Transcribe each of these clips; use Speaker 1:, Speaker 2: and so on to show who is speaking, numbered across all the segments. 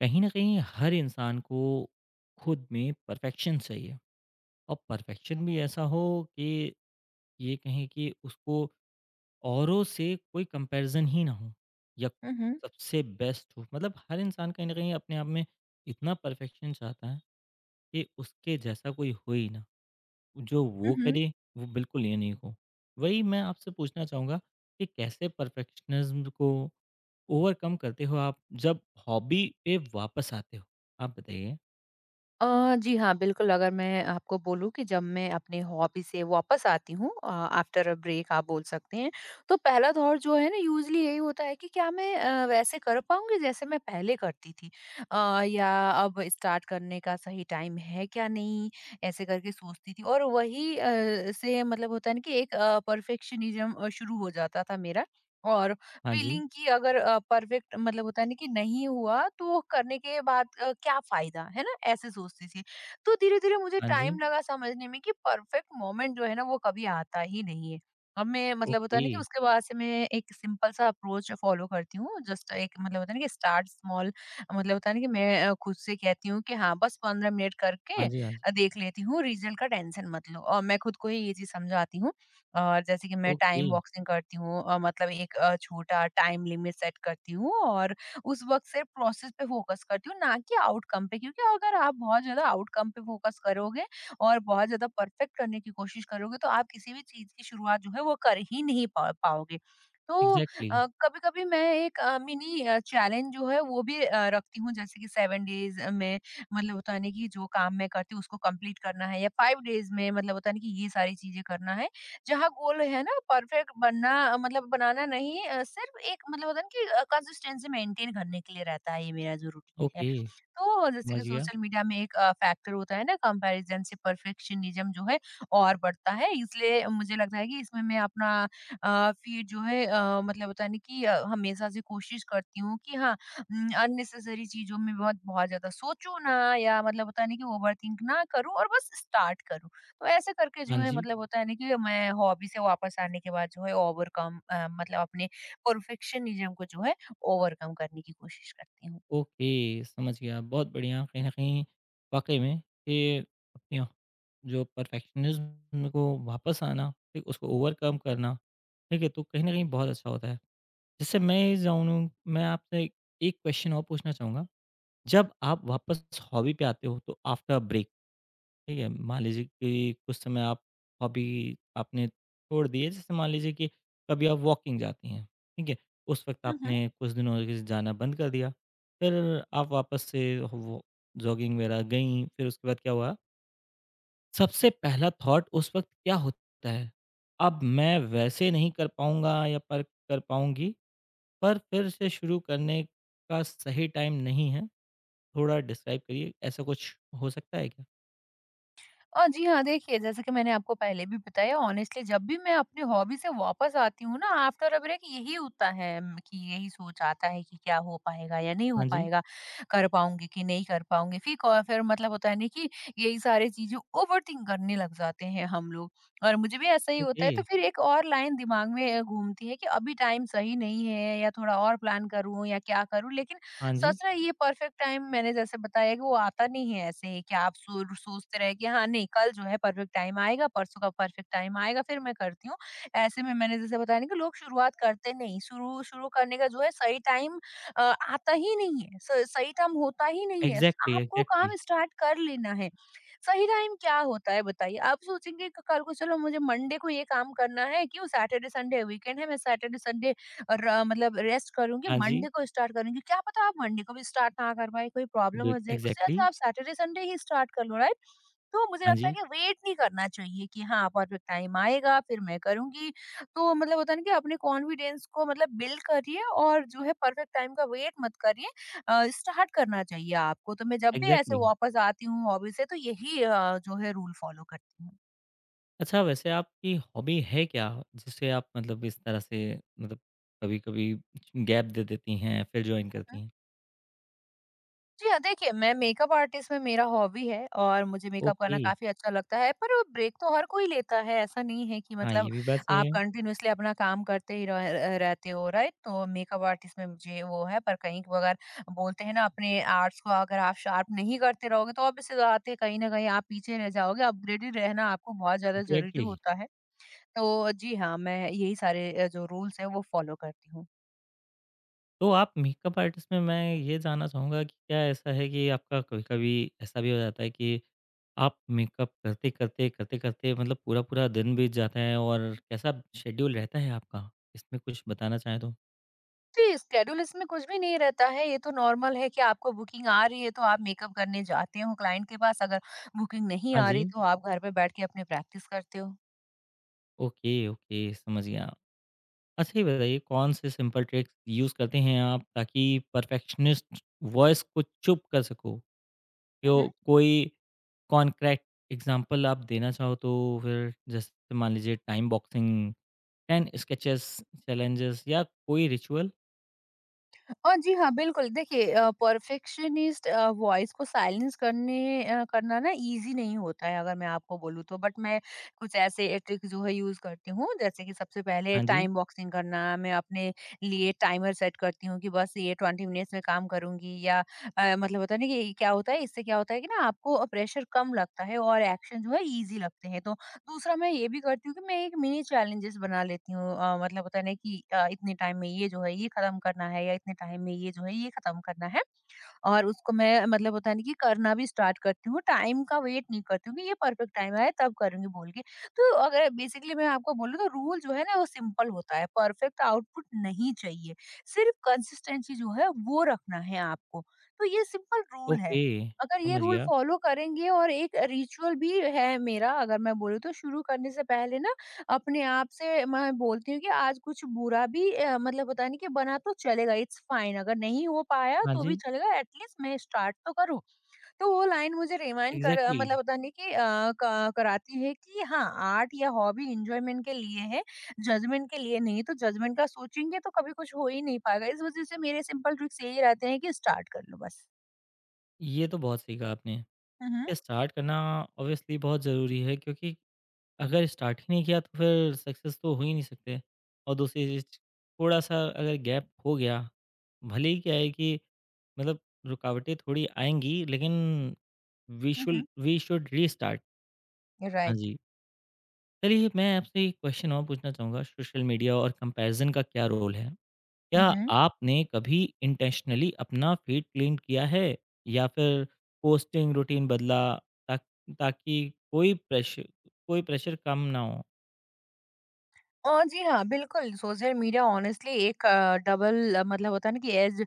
Speaker 1: कहीं ना कहीं हर इंसान को खुद में परफेक्शन चाहिए और परफेक्शन भी ऐसा हो कि ये कहें कि उसको औरों से कोई कंपैरिजन ही ना हो या
Speaker 2: हुँ, हुँ,
Speaker 1: सबसे बेस्ट हो मतलब हर इंसान कहीं ना कहीं अपने आप में इतना परफेक्शन चाहता है कि उसके जैसा कोई हो ही ना जो वो
Speaker 2: हुँ।
Speaker 1: करे वो बिल्कुल ये नहीं हो। वही मैं आपसे पूछना चाहूँगा कि कैसे परफेक्शनिज्म को ओवरकम करते हो आप जब हॉबी पे वापस आते हो। आप बताइए।
Speaker 2: अ, जी हाँ, बिल्कुल अगर मैं आपको बोलूँ कि जब मैं अपनी हॉबी से वापस आती हूँ, आफ्टर अ ब्रेक आप बोल सकते हैं, तो पहला दौर जो है ना यूज़ुअली यही होता है कि क्या मैं वैसे कर पाऊँगी जैसे मैं पहले करती थी? या अब स्टार्ट करने का सही टाइम है क्या नहीं? ऐसे करके सोचती थी, और वही से मतलब होता है ना कि एक परफेक्शनिज़्म शुरू हो जाता था मेरा। और
Speaker 1: हाँ जी,
Speaker 2: फीलिंग की अगर परफेक्ट मतलब होता है ना कि नहीं हुआ, तो वो करने के बाद क्या फायदा है ना, ऐसे सोचती थी। तो धीरे धीरे मुझे
Speaker 1: हाँ जी।
Speaker 2: टाइम लगा समझने में कि परफेक्ट मोमेंट जो है ना वो कभी आता ही नहीं है। अब मैं मतलब होता है
Speaker 1: ओके।
Speaker 2: ना कि उसके बाद से मैं एक सिंपल सा अप्रोच फॉलो करती हूँ, जस्ट एक मतलब होता है ना कि स्टार्ट स्मॉल। मतलब होता है ना कि मैं खुद से कहती हूँ कि हाँ बस 15 मिनट करके
Speaker 1: हाँ जी, हाँ जी।
Speaker 2: देख लेती हूँ, रिजल्ट का टेंशन मत लो, और मैं खुद को ही ये चीज समझाती हूँ। और जैसे कि मैं
Speaker 1: ओके।
Speaker 2: टाइम बॉक्सिंग करती हूँ, मतलब एक छोटा टाइम लिमिट सेट करती हूँ, और उस वक्त सिर्फ प्रोसेस पे फोकस करती हूँ ना कि आउटकम पे, क्योंकि अगर आप बहुत ज्यादा आउटकम पे फोकस करोगे और बहुत ज्यादा परफेक्ट करने की कोशिश करोगे तो आप किसी भी चीज की शुरुआत जो है वो कर ही नहीं पाओगे। तो
Speaker 1: एग्ज़ैक्टली।
Speaker 2: कभी कभी मैं एक मिनी चैलेंज जो है वो भी रखती हूँ, जैसे कि 7 डेज में मतलब होता नहीं कि जो काम मैं करती हूँ उसको कंप्लीट करना है, या 5 डेज में मतलब होता नहीं कि ये सारी चीजें करना है। जहाँ गोल है ना परफेक्ट बनना, मतलब बनाना नहीं, सिर्फ एक मतलब होता है ना कि कंसिस्टेंसी मेंटेन करने के लिए रहता है ये मेरा जो रूटीन है।
Speaker 1: ओके,
Speaker 2: तो जैसे
Speaker 1: समझ
Speaker 2: कि
Speaker 1: गया।
Speaker 2: सोशल मीडिया में एक फैक्टर होता है ना कंपैरिजन से, परफेक्शनिज्म जो है और बढ़ता है। इसलिए मुझे लगता है कि इसमें मैं अपना फीड जो है मतलब होता नहीं कि हमेशा से कोशिश करती हूँ कि हाँ अननेसेसरी चीजों में बहुत बहुत ज्यादा सोचू ना, या मतलब होता नहीं कि ओवर थिंक ना करूँ और बस स्टार्ट करूँ। तो ऐसे करके जो
Speaker 1: हाँ
Speaker 2: है
Speaker 1: जी।
Speaker 2: मतलब होता है ना कि मैं हॉबी से वापस आने के बाद जो है ओवरकम, मतलब अपने परफेक्शनिज्म को जो है ओवरकम करने की कोशिश करती हूँ।
Speaker 1: ओके, समझ गया, बहुत बढ़िया। कहीं न कहीं वाक़ई में ये अपनी जो परफ़ेक्शनिज़्म को वापस आना, फिर उसको ओवरकम करना, ठीक है, तो कहीं न कहीं बहुत अच्छा होता है। जैसे मैं जानूँ, मैं आपसे एक क्वेश्चन और पूछना चाहूँगा, जब आप वापस हॉबी पे आते हो तो आफ्टर अ ब्रेक, ठीक है, मान लीजिए कि कुछ समय आप हॉबी आपने छोड़ दी है, जैसे मान लीजिए कि कभी आप वॉकिंग जाती हैं, ठीक है? उस वक़्त आपने कुछ दिनों के लिए जाना बंद कर दिया, फिर आप वापस से वो जॉगिंग वगैरह गईं, फिर उसके बाद क्या हुआ? सबसे पहला थॉट उस वक़्त क्या होता है? अब मैं वैसे नहीं कर पाऊँगा या पर कर पाऊँगी, पर फिर से शुरू करने का सही टाइम नहीं है, थोड़ा डिस्क्राइब करिए, ऐसा कुछ हो सकता है क्या?
Speaker 2: जी हाँ, देखिए जैसा कि मैंने आपको पहले भी बताया, ऑनेस्टली जब भी मैं अपनी हॉबी से वापस आती हूँ ना आफ्टर अ ब्रेक, यही होता है, कि यही सोच आता है कि क्या हो पाएगा या नहीं हो
Speaker 1: हाँ जी।
Speaker 2: पाएगा, कर पाऊँगी कि नहीं कर पाऊँगी। फिर फिर मतलब होता है ना कि यही सारी चीज़ें ओवरथिंक करने लग जाते हैं हम लोग, और मुझे भी ऐसा ही होता
Speaker 1: ओके,
Speaker 2: है। तो फिर एक और लाइन दिमाग में घूमती है कि अभी टाइम सही नहीं है, या थोड़ा और प्लान करूँ या क्या करूँ? लेकिन
Speaker 1: हाँ जी।
Speaker 2: सोचना ये परफेक्ट टाइम, मैंने जैसे बताया कि वो आता नहीं है, ऐसे ही कि आप सो सोचते रहे कि हाँ नहीं, कल जो है परफेक्ट टाइम आएगा, परसों का परफेक्ट टाइम आएगा, फिर मैं करती हूँ। ऐसे में मैंने जैसे बताया ना कि लोग शुरुआत करते नहीं, शुरू शुरू करने का जो है सही टाइम आता ही नहीं है, स सही टाइम होता ही नहीं है।
Speaker 1: एग्ज़ैक्टली,
Speaker 2: आपको
Speaker 1: एग्ज़ैक्टली।
Speaker 2: काम स्टार्ट कर लेना है। सही टाइम क्या होता है बताइए? आप सोचेंगे क कल को, चलो मुझे मंडे को ये काम करना है, क्यों, सैटरडे, संडे वीकेंड है, मैं सैटरडे, संडे और मतलब रेस्ट करूँगी,
Speaker 1: हाँ जी,
Speaker 2: मंडे को स्टार्ट करूँगी, क्या पता आप मंडे को भी स्टार्ट ना कर पाएँ, कोई प्रॉब्लम
Speaker 1: बिल
Speaker 2: हो जाए, उससे
Speaker 1: एग्ज़ैक्टली।
Speaker 2: अच्छा आप सैटरडे, संडे ही स्टार्ट कर लो, राइट? तो मुझे
Speaker 1: हाँ
Speaker 2: लगता है
Speaker 1: जी,
Speaker 2: कि वेट नहीं करना चाहिए कि हाँ, परफेक्ट टाइम आएगा, फिर मैं करूँगी। तो मतलब होता है ना कि अपने कॉन्फिडेंस को मतलब बिल्ड करिए, और जो है परफेक्ट टाइम का वेट मत करिए, स्टार्ट करना चाहिए आपको। तो मैं जब भी ऐसे
Speaker 1: एग्ज़ैक्टली।
Speaker 2: वापस आती हूँ हॉबी से, तो यही जो है रूल फॉलो करती हूँ।
Speaker 1: अच्छा वैसे आपकी हॉबी है क्या? जिससे आप मतलब इस तरह से मतलब कभी-कभी गैप दे देती हैं फिर जॉइन
Speaker 2: हुँ,
Speaker 1: करती
Speaker 2: हुँ।
Speaker 1: हैं?
Speaker 2: जी हाँ, देखिए, मैं मेकअप आर्टिस्ट में, मेरा हॉबी है और मुझे मेकअप करना
Speaker 1: ओके,
Speaker 2: काफ़ी अच्छा लगता है, पर ब्रेक तो हर कोई लेता है। ऐसा नहीं है कि
Speaker 1: हाँ ये
Speaker 2: मतलब
Speaker 1: भी बात सही
Speaker 2: आप
Speaker 1: है।
Speaker 2: कंटिन्यूअसली अपना काम करते ही रहते हो, राइट? तो मेकअप आर्टिस्ट में मुझे वो है, पर कहीं अगर बोलते हैं ना, अपने आर्ट्स को अगर आप शार्प नहीं करते रहोगे तो ऑब्वियस सी बात है, कहीं न कहीं आप पीछे रह जाओगे। अपग्रेडेड रहना आपको बहुत ज़्यादा ज़रूरी
Speaker 1: एग्ज़ैक्टली।
Speaker 2: होता है। तो जी हाँ, मैं यही सारे जो रूल्स हैं वो फ़ॉलो करती हूँ।
Speaker 1: तो आप मेकअप आर्टिस्ट में मैं ये जानना चाहूँगा कि क्या ऐसा है कि आपका कभी-कभी ऐसा भी हो जाता है कि आप मेकअप करते-करते, करते-करते मतलब पूरा-पूरा दिन बीत जाता है और कैसा शेड्यूल रहता है आपका? इसमें कुछ बताना चाहें तो?
Speaker 2: जी, स्केड्यूल इसमें कुछ भी नहीं रहता है, ये तो नॉर्मल है कि आपको बुकिंग आ रही है तो आप मेकअप करने जाते हो क्लाइंट के पास, अगर बुकिंग नहीं
Speaker 1: हाँ
Speaker 2: आ
Speaker 1: जी।
Speaker 2: रही तो आप घर पे बैठ के अपनी प्रैक्टिस करते हो।
Speaker 1: ओके, ओके, समझ गया। अच्छा ये बताइए, कौन से सिंपल ट्रिक्स यूज़ करते हैं आप ताकि परफेक्शनिस्ट वॉइस को चुप कर सको?
Speaker 2: हुँ,
Speaker 1: क्यों,
Speaker 2: हुँ।
Speaker 1: कोई कॉन्क्रेट एग्ज़ाम्पल आप देना चाहो तो, फिर जैसे मान लीजिए टाइम बॉक्सिंग, 10 स्केचेस चैलेंजेस या कोई रिचुअल?
Speaker 2: और जी हाँ, बिल्कुल। देखिए परफेक्शनिस्ट वॉइस को साइलेंस करने करना ना ईज़ी नहीं होता है, अगर मैं आपको बोलूँ तो। बट मैं कुछ ऐसे ट्रिक जो है यूज़ करती हूँ, जैसे कि सबसे पहले
Speaker 1: हाँ जी।
Speaker 2: टाइम बॉक्सिंग करना। मैं अपने लिए टाइमर सेट करती हूँ कि बस ये 20 मिनट्स में काम करूँगी, या मतलब होता है ना कि क्या होता है इससे, क्या होता है कि ना आपको प्रेशर कम लगता है और एक्शन जो है ईज़ी लगते हैं। तो दूसरा मैं ये भी करती हूँ कि मैं एक मिनी चैलेंजेस बना लेती हूँ, मतलब होता है ना कि इतने टाइम में ये जो है ये खत्म करना है, या इतने टाइम में ये जो है ये खत्म करना है। और उसको मैं मतलब होता है ना कि करना भी स्टार्ट करती हूँ, टाइम का वेट नहीं करती हूँ कि ये परफेक्ट टाइम आया तब करूँगी बोल के। तो अगर बेसिकली मैं आपको बोलूँ तो रूल जो है ना वो सिंपल होता है, परफेक्ट आउटपुट नहीं चाहिए, सिर्फ कंसिस्टेंसी जो है वो रखना है आपको। तो ये सिंपल रूल है,
Speaker 1: ओके,
Speaker 2: अगर ये
Speaker 1: समझ
Speaker 2: रूल
Speaker 1: गया।
Speaker 2: फॉलो करेंगे। और एक रिचुअल भी है मेरा, अगर मैं बोलूँ तो शुरू करने से पहले ना अपने आप से मैं बोलती हूँ कि आज कुछ बुरा भी मतलब पता नहीं कि बना तो चलेगा, इट्स फाइन, अगर नहीं हो पाया
Speaker 1: हाँ
Speaker 2: तो भी
Speaker 1: जी,
Speaker 2: चलेगा, एट लीस्ट मैं स्टार्ट तो करूँ। तो वो लाइन मुझे रिमाइंड
Speaker 1: एग्ज़ैक्टली।
Speaker 2: मतलब पता नहीं कि क कराती है कि हाँ, आर्ट या हॉबी एन्जॉयमेंट के लिए है, जजमेंट के लिए नहीं। तो जजमेंट का सोचेंगे तो कभी कुछ हो ही नहीं पाएगा। इस वज़ह से मेरे सिंपल ट्रिक्स यही रहते हैं कि स्टार्ट कर लो बस।
Speaker 1: ये तो बहुत सही कहा आपने। ये
Speaker 2: हुँ, हुँ।
Speaker 1: स्टार्ट करना ऑब्वियसली बहुत ज़रूरी है, क्योंकि अगर स्टार्ट ही नहीं किया तो फिर सक्सेस तो हो ही नहीं सकते। और दूसरी चीज़, थोड़ा-सा अगर गैप हो गया, भले ही क्या है कि मतलब रुकावटें थोड़ी आएँगी, लेकिन
Speaker 2: हुँ, हुँ।
Speaker 1: We should restart. हाँ
Speaker 2: राइट।
Speaker 1: जी। चलिए, मैं आपसे एक क्वेश्चन और पूछना चाहूँगा, सोशल मीडिया और कंपैरिज़न का क्या रोल है?
Speaker 2: हुँ,
Speaker 1: क्या
Speaker 2: हुँ।
Speaker 1: आपने कभी इंटेंशनली अपना फीड क्लीन किया है? या फिर पोस्टिंग रूटीन बदला ता ताकि कोई प्रेशर कम ना हो?
Speaker 2: और जी हाँ, बिल्कुल, सोशल मीडिया ऑनेस्टली एक डबल मतलब होता है ना कि एज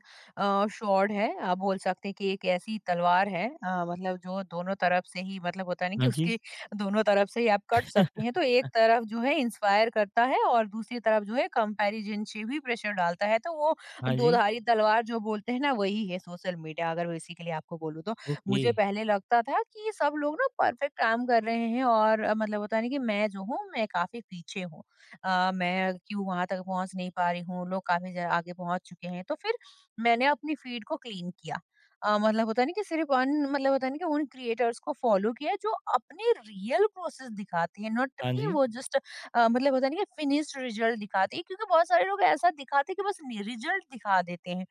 Speaker 2: स्वॉर्ड है। आप बोल सकते हैं कि एक ऐसी तलवार है, मतलब जो दोनों तरफ से ही मतलब होता है ना कि
Speaker 1: हाँ जी।
Speaker 2: उसके दोनों तरफ से ही आप कट सकते हैं। तो एक तरफ जो है इंस्पायर करता है और दूसरी तरफ जो है कंपैरिज़न से भी प्रेशर डालता है। तो वो
Speaker 1: हाँ जी।
Speaker 2: दोधारी तलवार जो बोलते हैं ना वही है सोशल मीडिया, अगर बेसिकली आपको बोलूँ तो।
Speaker 1: ओके।
Speaker 2: मुझे पहले लगता था कि सब लोग ना परफेक्ट काम कर रहे हैं, और मतलब होता है ना कि मैं जो हूँ मैं काफ़ी पीछे हूँ। मैं क्यों वहाँ तक पहुँच नहीं पा रही हूँ, लोग काफ़ी ज़्या आगे पहुँच चुके हैं। तो फिर मैंने अपनी फीड को क्लीन किया। मतलब होता है ना कि सिर्फ़ अन मतलब होता है ना कि उन क्रिएटर्स को फॉलो किया जो अपने रियल प्रोसेस दिखाते हैं, नॉट
Speaker 1: हाँ
Speaker 2: कि
Speaker 1: जी,
Speaker 2: वो जस्ट मतलब होता है ना कि फिनिश्ड रिज़ल्ट दिखाते हैं, क्योंकि बहुत सारे लोग ऐसा दिखाते हैं कि बस नि रिज़ल्ट दिखा देते हैं।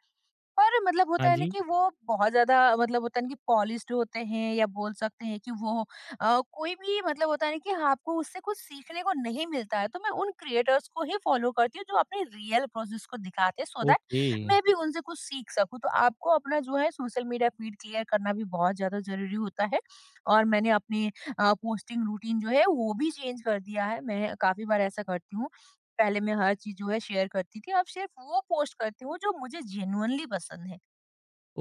Speaker 2: और मतलब
Speaker 1: हाँ
Speaker 2: होता है ना
Speaker 1: जी।
Speaker 2: कि वो बहुत ज़्यादा मतलब होता है ना कि पॉलिश्ड होते हैं, या बोल सकते हैं कि वो कोई भी मतलब होता है ना कि आपको उससे कुछ सीखने को नहीं मिलता है। तो मैं उन क्रिएटर्स को ही फ़ॉलो करती हूँ जो अपने रियल प्रोसेस को दिखाते हैं, सो दैट
Speaker 1: ओके,
Speaker 2: मैं भी उनसे कुछ सीख सकूँ। तो आपको अपना जो है सोशल मीडिया फीड क्लियर करना भी बहुत ज़्यादा ज़रूरी होता है। और मैंने अपनी पोस्टिंग रूटीन जो है वो भी चेंज कर दिया है। मैं काफ़ी बार ऐसा करती हूँ। पहले मैं हर चीज़ जो है शेयर करती थी, अब सिर्फ़ वो पोस्ट करती हूँ जो मुझे जेनुइनली पसंद है।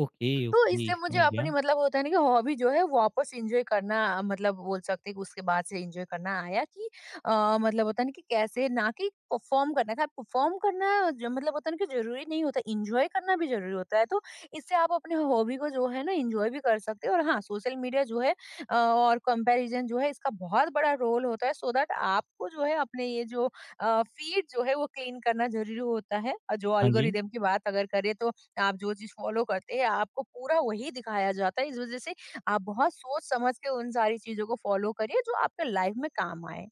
Speaker 1: ओके।
Speaker 2: तो
Speaker 1: ओके,
Speaker 2: इससे मुझे
Speaker 1: समझ
Speaker 2: अपनी
Speaker 1: गया।
Speaker 2: मतलब होता है ना कि हॉबी जो है वापस एन्जॉय करना, मतलब बोल सकते हैं कि उसके बाद से एन्जॉय करना आया कि मतलब होता है ना कि कैसे ना कि परफॉर्म करना था परफॉर्म करना जो मतलब होता है ना कि जरूरी नहीं होता एन्जॉय करना भी जरूरी होता है। तो इससे आप अपने हॉबी को जो है ना एन्जॉय भी कर सकते हो और हाँ सोशल मीडिया जो है और कंपैरिजन जो है इसका बहुत बड़ा रोल होता है सो दैट आपको जो है अपने ये जो फीड जो है वो क्लीन करना जरूरी होता है। और जो
Speaker 1: हाँ जी।
Speaker 2: अल्गोरिदम की बात अगर करें तो आप जो चीज़ फ़ॉलो करते हैं आपको पूरा वही दिखाया जाता है। इस वज़ह से आप बहुत सोच समझ के उन सारी चीज़ों को फ़ॉलो करिए जो आपके लाइफ़ में काम आए।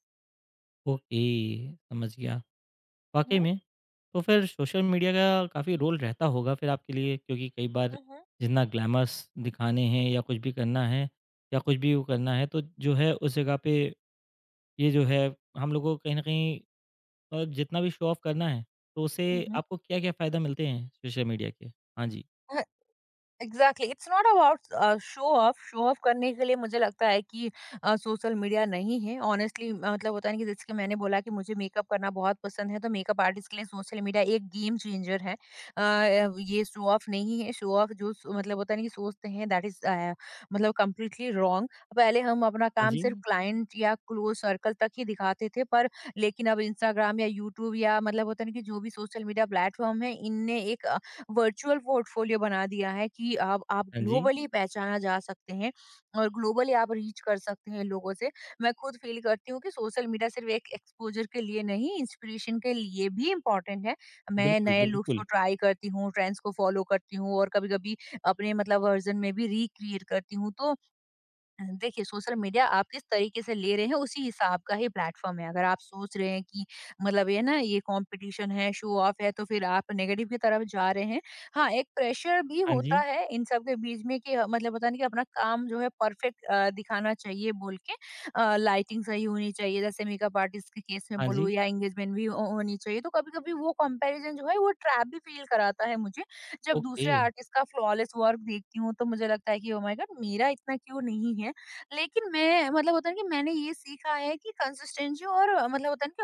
Speaker 1: ओके, समझ गया। वाक़ई
Speaker 2: हुँ,
Speaker 1: में, तो फिर सोशल मीडिया का काफ़ी रोल रहता होगा फिर आपके लिए, क्योंकि कई बार
Speaker 2: हुँ, हुँ,
Speaker 1: जितना ग्लैमर्स दिखाने हैं या कुछ भी करना है या कुछ भी वो करना है तो जो है उस जगह पे ये जो है हम लोग को कहीं न कहीं जितना भी शो ऑफ करना है, तो उससे
Speaker 2: हुँ,
Speaker 1: आपको क्या-क्या फ़ायदा मिलते हैं सोशल मीडिया के? हाँ जी,
Speaker 2: हुँ। Exactly, it's not about show off. Show off करने के लिए मुझे लगता है कि सोशल मीडिया नहीं है ऑनेस्टली। मतलब होता है ना कि जैसे कि मैंने बोला कि मुझे मेकअप करना बहुत पसंद है, तो मेकअप आर्टिस्ट के लिए सोशल मीडिया एक गेम चेंजर है। ये शो ऑफ नहीं है। शो ऑफ जो मतलब होता है ना कि सोचते हैं दैट इज मतलब कम्प्लीटली रॉन्ग। पहले हम अपना
Speaker 1: हाँ
Speaker 2: काम
Speaker 1: जी,
Speaker 2: सिर्फ क्लाइंट या क्लोज सर्कल तक ही दिखाते थे, पर लेकिन अब इंस्टाग्राम या यूट्यूब या मतलब होता है ना कि जो भी सोशल मीडिया प्लेटफॉर्म है, इनने एक वर्चुअल पोर्टफोलियो बना दिया है कि आप
Speaker 1: हाँ जी।
Speaker 2: ग्लोबली पहचाना जा सकते हैं और ग्लोबली आप रीच कर सकते हैं लोगों से। मैं खुद फील करती हूँ कि सोशल मीडिया सिर्फ एक एक्सपोज़र के लिए नहीं, इंस्पिरेशन के लिए भी इम्पोर्टेंट है। मैं
Speaker 1: बिल्कुल,
Speaker 2: नए लुक्स को
Speaker 1: बिल्कुल।
Speaker 2: ट्राई करती हूँ, ट्रेंड्स को फ़ॉलो करती हूँ और कभी-कभी अपने मतलब वर्ज़न में भी रिक्रिएट करती हूँ। तो देखिए, सोशल मीडिया आप जिस तरीके से ले रहे हैं उसी हिसाब का ही प्लेटफॉर्म है। अगर आप सोच रहे हैं कि मतलब ये ना ये कॉम्पिटिशन है, शो ऑफ है, तो फ़िर आप नेगेटिव की तरफ जा रहे हैं। हाँ, एक प्रेशर भी
Speaker 1: हाँ
Speaker 2: होता
Speaker 1: जी।
Speaker 2: है इन सब के बीच में कि मतलब पता नहीं कि अपना काम जो है परफेक्ट दिखाना चाहिए बोल के, लाइटिंग सही होनी चाहिए, जैसे मेकअप आर्टिस्ट के केस में
Speaker 1: हाँ
Speaker 2: बोलूँ,
Speaker 1: जी,
Speaker 2: या एंगेजमेंट भी हो होनी चाहिए। तो कभी-कभी वो कंपैरिज़न जो है वो ट्रैप भी फ़ील कराता है मुझे। जब
Speaker 1: ओके।
Speaker 2: दूसरे आर्टिस्ट का फ्लॉलेस वर्क देखती हूँ तो मुझे लगता है कि ओह माय गॉड! मेरा इतना क्यों नहीं है? लेकिन मैं मतलब होता है कि मैंने ये सीखा है कि कंसिस्टेंसी और मतलब होता है कि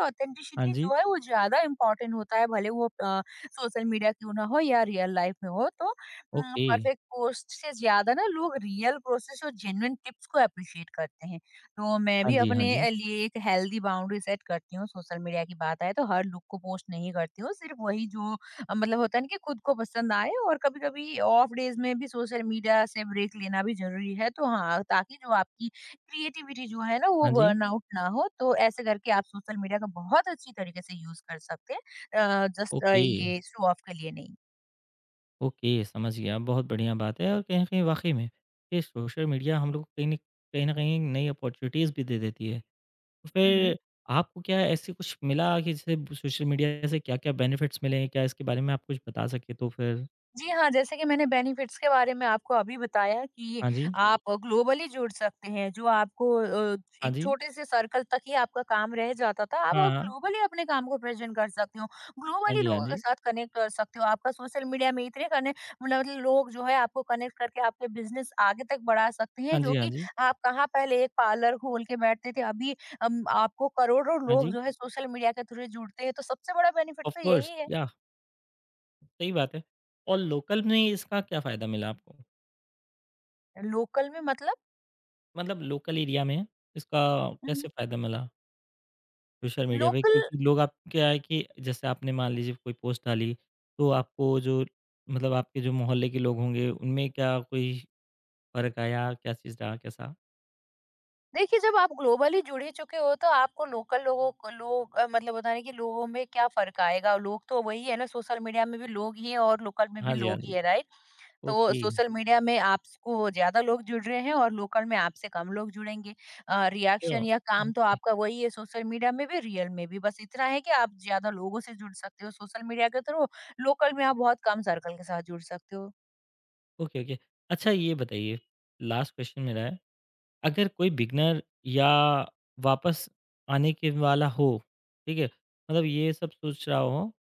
Speaker 1: हाँ
Speaker 2: ऑथेंटिसिटी
Speaker 1: जी,
Speaker 2: जो है वो ज्यादा इम्पोर्टेंट होता है, भले वो सोशल मीडिया क्यों ना हो या रियल लाइफ में हो। तो
Speaker 1: ओके।
Speaker 2: परफेक्ट पोस्ट से ज्यादा ना लोग रियल प्रोसेस और जेन्युइन टिप्स को अप्रिशिएट करते हैं। तो मैं
Speaker 1: हाँ
Speaker 2: भी
Speaker 1: जी, हाँ
Speaker 2: अपने
Speaker 1: जी।
Speaker 2: लिए एक हेल्दी बाउंड्री सेट करती हूँ। सोशल मीडिया की बात आए तो हर लुक को पोस्ट नहीं करती हूँ, सिर्फ वही जो मतलब होता है ना कि खुद को पसंद आए। और कभी-कभी ऑफ डेज़ में भी सोशल मीडिया से ब्रेक लेना भी ज़रूरी है। तो हाँ, ताकि जो आपकी क्रिएटिविटी जो है ना वो
Speaker 1: हाँ जी।
Speaker 2: बर्नआउट ना हो। तो ऐसे करके आप सोशल मीडिया का बहुत अच्छी तरीके से यूज़ कर सकते हैं, जस्ट
Speaker 1: ओके,
Speaker 2: ये शो ऑफ के लिए नहीं।
Speaker 1: ओके, समझ गया। बहुत बढ़िया बात है। और कहीं न कहीं वाक़ई में ये सोशल मीडिया हम लोग को कहीं न कहीं नई अपॉर्च्युनिटीज़ भी दे देती है। तो
Speaker 2: हुँ, हुँ।
Speaker 1: फिर आपको क्या ऐसे कुछ मिला कि जैसे सोशल मीडिया से क्या-क्या बेनिफिट्स मिले हैं? क्या इसके बारे में आप कुछ बता सकें तो फिर?
Speaker 2: जी हाँ, जैसे कि मैंने बेनिफिट्स के बारे में आपको अभी बताया कि जी।
Speaker 1: हाँ जी,
Speaker 2: आप ग्लोबली जुड़ सकते हैं, जो आपको अ,
Speaker 1: हाँ
Speaker 2: एक
Speaker 1: जी,
Speaker 2: छोटे-से सर्कल तक ही आपका काम रह जाता था, अब आप
Speaker 1: हाँ,
Speaker 2: अब
Speaker 1: हाँ।
Speaker 2: ग्लोबली अपने काम को प्रेज़ेंट कर सकते हो,
Speaker 1: हाँ
Speaker 2: ग्लोबली
Speaker 1: जी, हाँ
Speaker 2: लोगों के
Speaker 1: जी।
Speaker 2: साथ कनेक्ट कर सकते हो। आपका सोशल मीडिया में इतने कने मतलब लोग जो है आपको कनेक्ट करके आपके बिज़नेस आगे तक बढ़ा सकते हैं,
Speaker 1: हाँ जी,
Speaker 2: जो
Speaker 1: हाँ
Speaker 2: कि
Speaker 1: जी।
Speaker 2: आप कहाँ पहले एक पार्लर खोल के बैठते थे, अभी आपको करोड़ों
Speaker 1: हाँ
Speaker 2: लोग
Speaker 1: जी,
Speaker 2: जो है सोशल मीडिया के थ्रू जुड़ते हैं, तो सबसे बड़ा बेनिफिट
Speaker 1: ऑफ़
Speaker 2: तो
Speaker 1: कोर्स,
Speaker 2: यही है।
Speaker 1: याह! सही बात है। और लोकल में इसका क्या फ़ायदा मिला आपको?
Speaker 2: लोकल में मतलब
Speaker 1: मतलब लोकल एरिया में इसका
Speaker 2: हुँ,
Speaker 1: कैसे
Speaker 2: हुँ।
Speaker 1: फ़ायदा मिला सोशल मीडिया पे?
Speaker 2: लोकल
Speaker 1: क्योंकि लोग, आप क्या है कि जैसे आपने मान लीजिए कोई पोस्ट डाली, तो आपको जो, मतलब आपके जो मोहल्ले के लोग होंगे, उनमें क्या कोई फ़र्क आया? क्या चीज़ रहा? कैसा?
Speaker 2: देखिए, जब आप ग्लोबली जुड़ ही चुके हो तो आपको लोकल लोगों को लोग मतलब होता है ना कि लोगों में क्या फर्क आएगा। लोग तो वही है ना, सोशल मीडिया में भी लोग ही है और लोकल में भी
Speaker 1: हाँ जी, हाँ
Speaker 2: लोग ही
Speaker 1: जी।
Speaker 2: है, राइट? तो
Speaker 1: ओके।
Speaker 2: सोशल मीडिया में आपको ज्यादा लोग जुड़ रहे हैं और लोकल में आपसे कम लोग जुड़ेंगे।
Speaker 1: तो
Speaker 2: रिएक्शन या काम तो
Speaker 1: ओके,
Speaker 2: आपका वही है, सोशल मीडिया में भी रियल में भी। बस इतना है कि आप ज्यादा लोगों से जुड़ सकते हो सोशल मीडिया के थ्रू। लोकल में आप बहुत कम सर्कल के साथ जुड़ सकते हो।
Speaker 1: Okay, okay. अच्छा ये बताइए, लास्ट क्वेश्चन मेरा है, अगर कोई बिगिनर या वापस आने के वाला हो, ठीक है? मतलब ये सब सोच रहा हो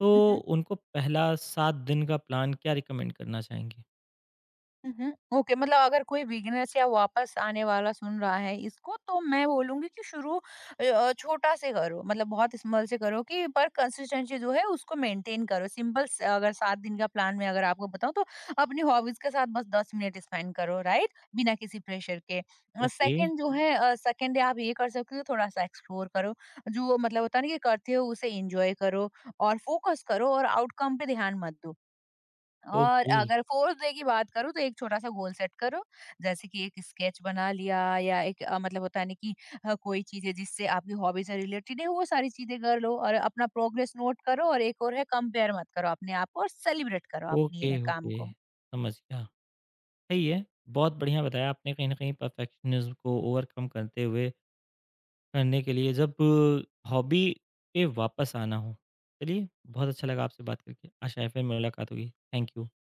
Speaker 1: तो उनको पहला 7 दिन का प्लान क्या रिकमेंड करना चाहेंगे?
Speaker 2: हुँ, हुँ। ओके, मतलब अगर कोई बिगिनर्स या वापस आने वाला सुन रहा है इसको तो मैं बोलूँगी कि शुरू छोटा से करो, मतलब बहुत स्मॉल से करो, कि पर कंसिस्टेंसी जो है उसको मेंटेन करो। सिंपल स अगर 7 दिन का प्लान मैं अगर आपको बताऊँ तो अपनी हॉबीज़ के साथ बस 10 मिनट स्पेंड करो, राइट? बिना किसी प्रेशर के।
Speaker 1: ओके,
Speaker 2: सेकंड जो है सेकंड डे आप ये कर सकते हो, थोड़ा-सा एक्सप्लोर करो। जो मतलब होता है ना कि करते हो उसे एन्जॉय करो और फोकस करो और आउटकम पे ध्यान मत दो। और
Speaker 1: ओके,
Speaker 2: अगर फोर्थ डे की बात करूँ तो एक छोटा-सा गोल सेट करो। जैसे कि एक स्केच बना लिया या एक मतलब होता है ना कि कोई चीज़ें जिससे आपकी हॉबी से रिलेटेड है वो सारी चीज़ें कर लो और अपना प्रोग्रेस नोट करो। और एक और है, कंपेयर मत करो अपने आप को और सेलिब्रेट करो
Speaker 1: ओके,
Speaker 2: अपनी काम
Speaker 1: ओके,
Speaker 2: को।
Speaker 1: समझ गया। सही है, बहुत बढ़िया बताया आपने। कहीं न कहीं परफेक्शनिज़्म को ओवरकम करते हुए करने के लिए जब हॉबी पे वापस आना हो। चलिए, बहुत अच्छा लगा आपसे बात करके। आशा है फिर मुलाकात होगी। Thank you.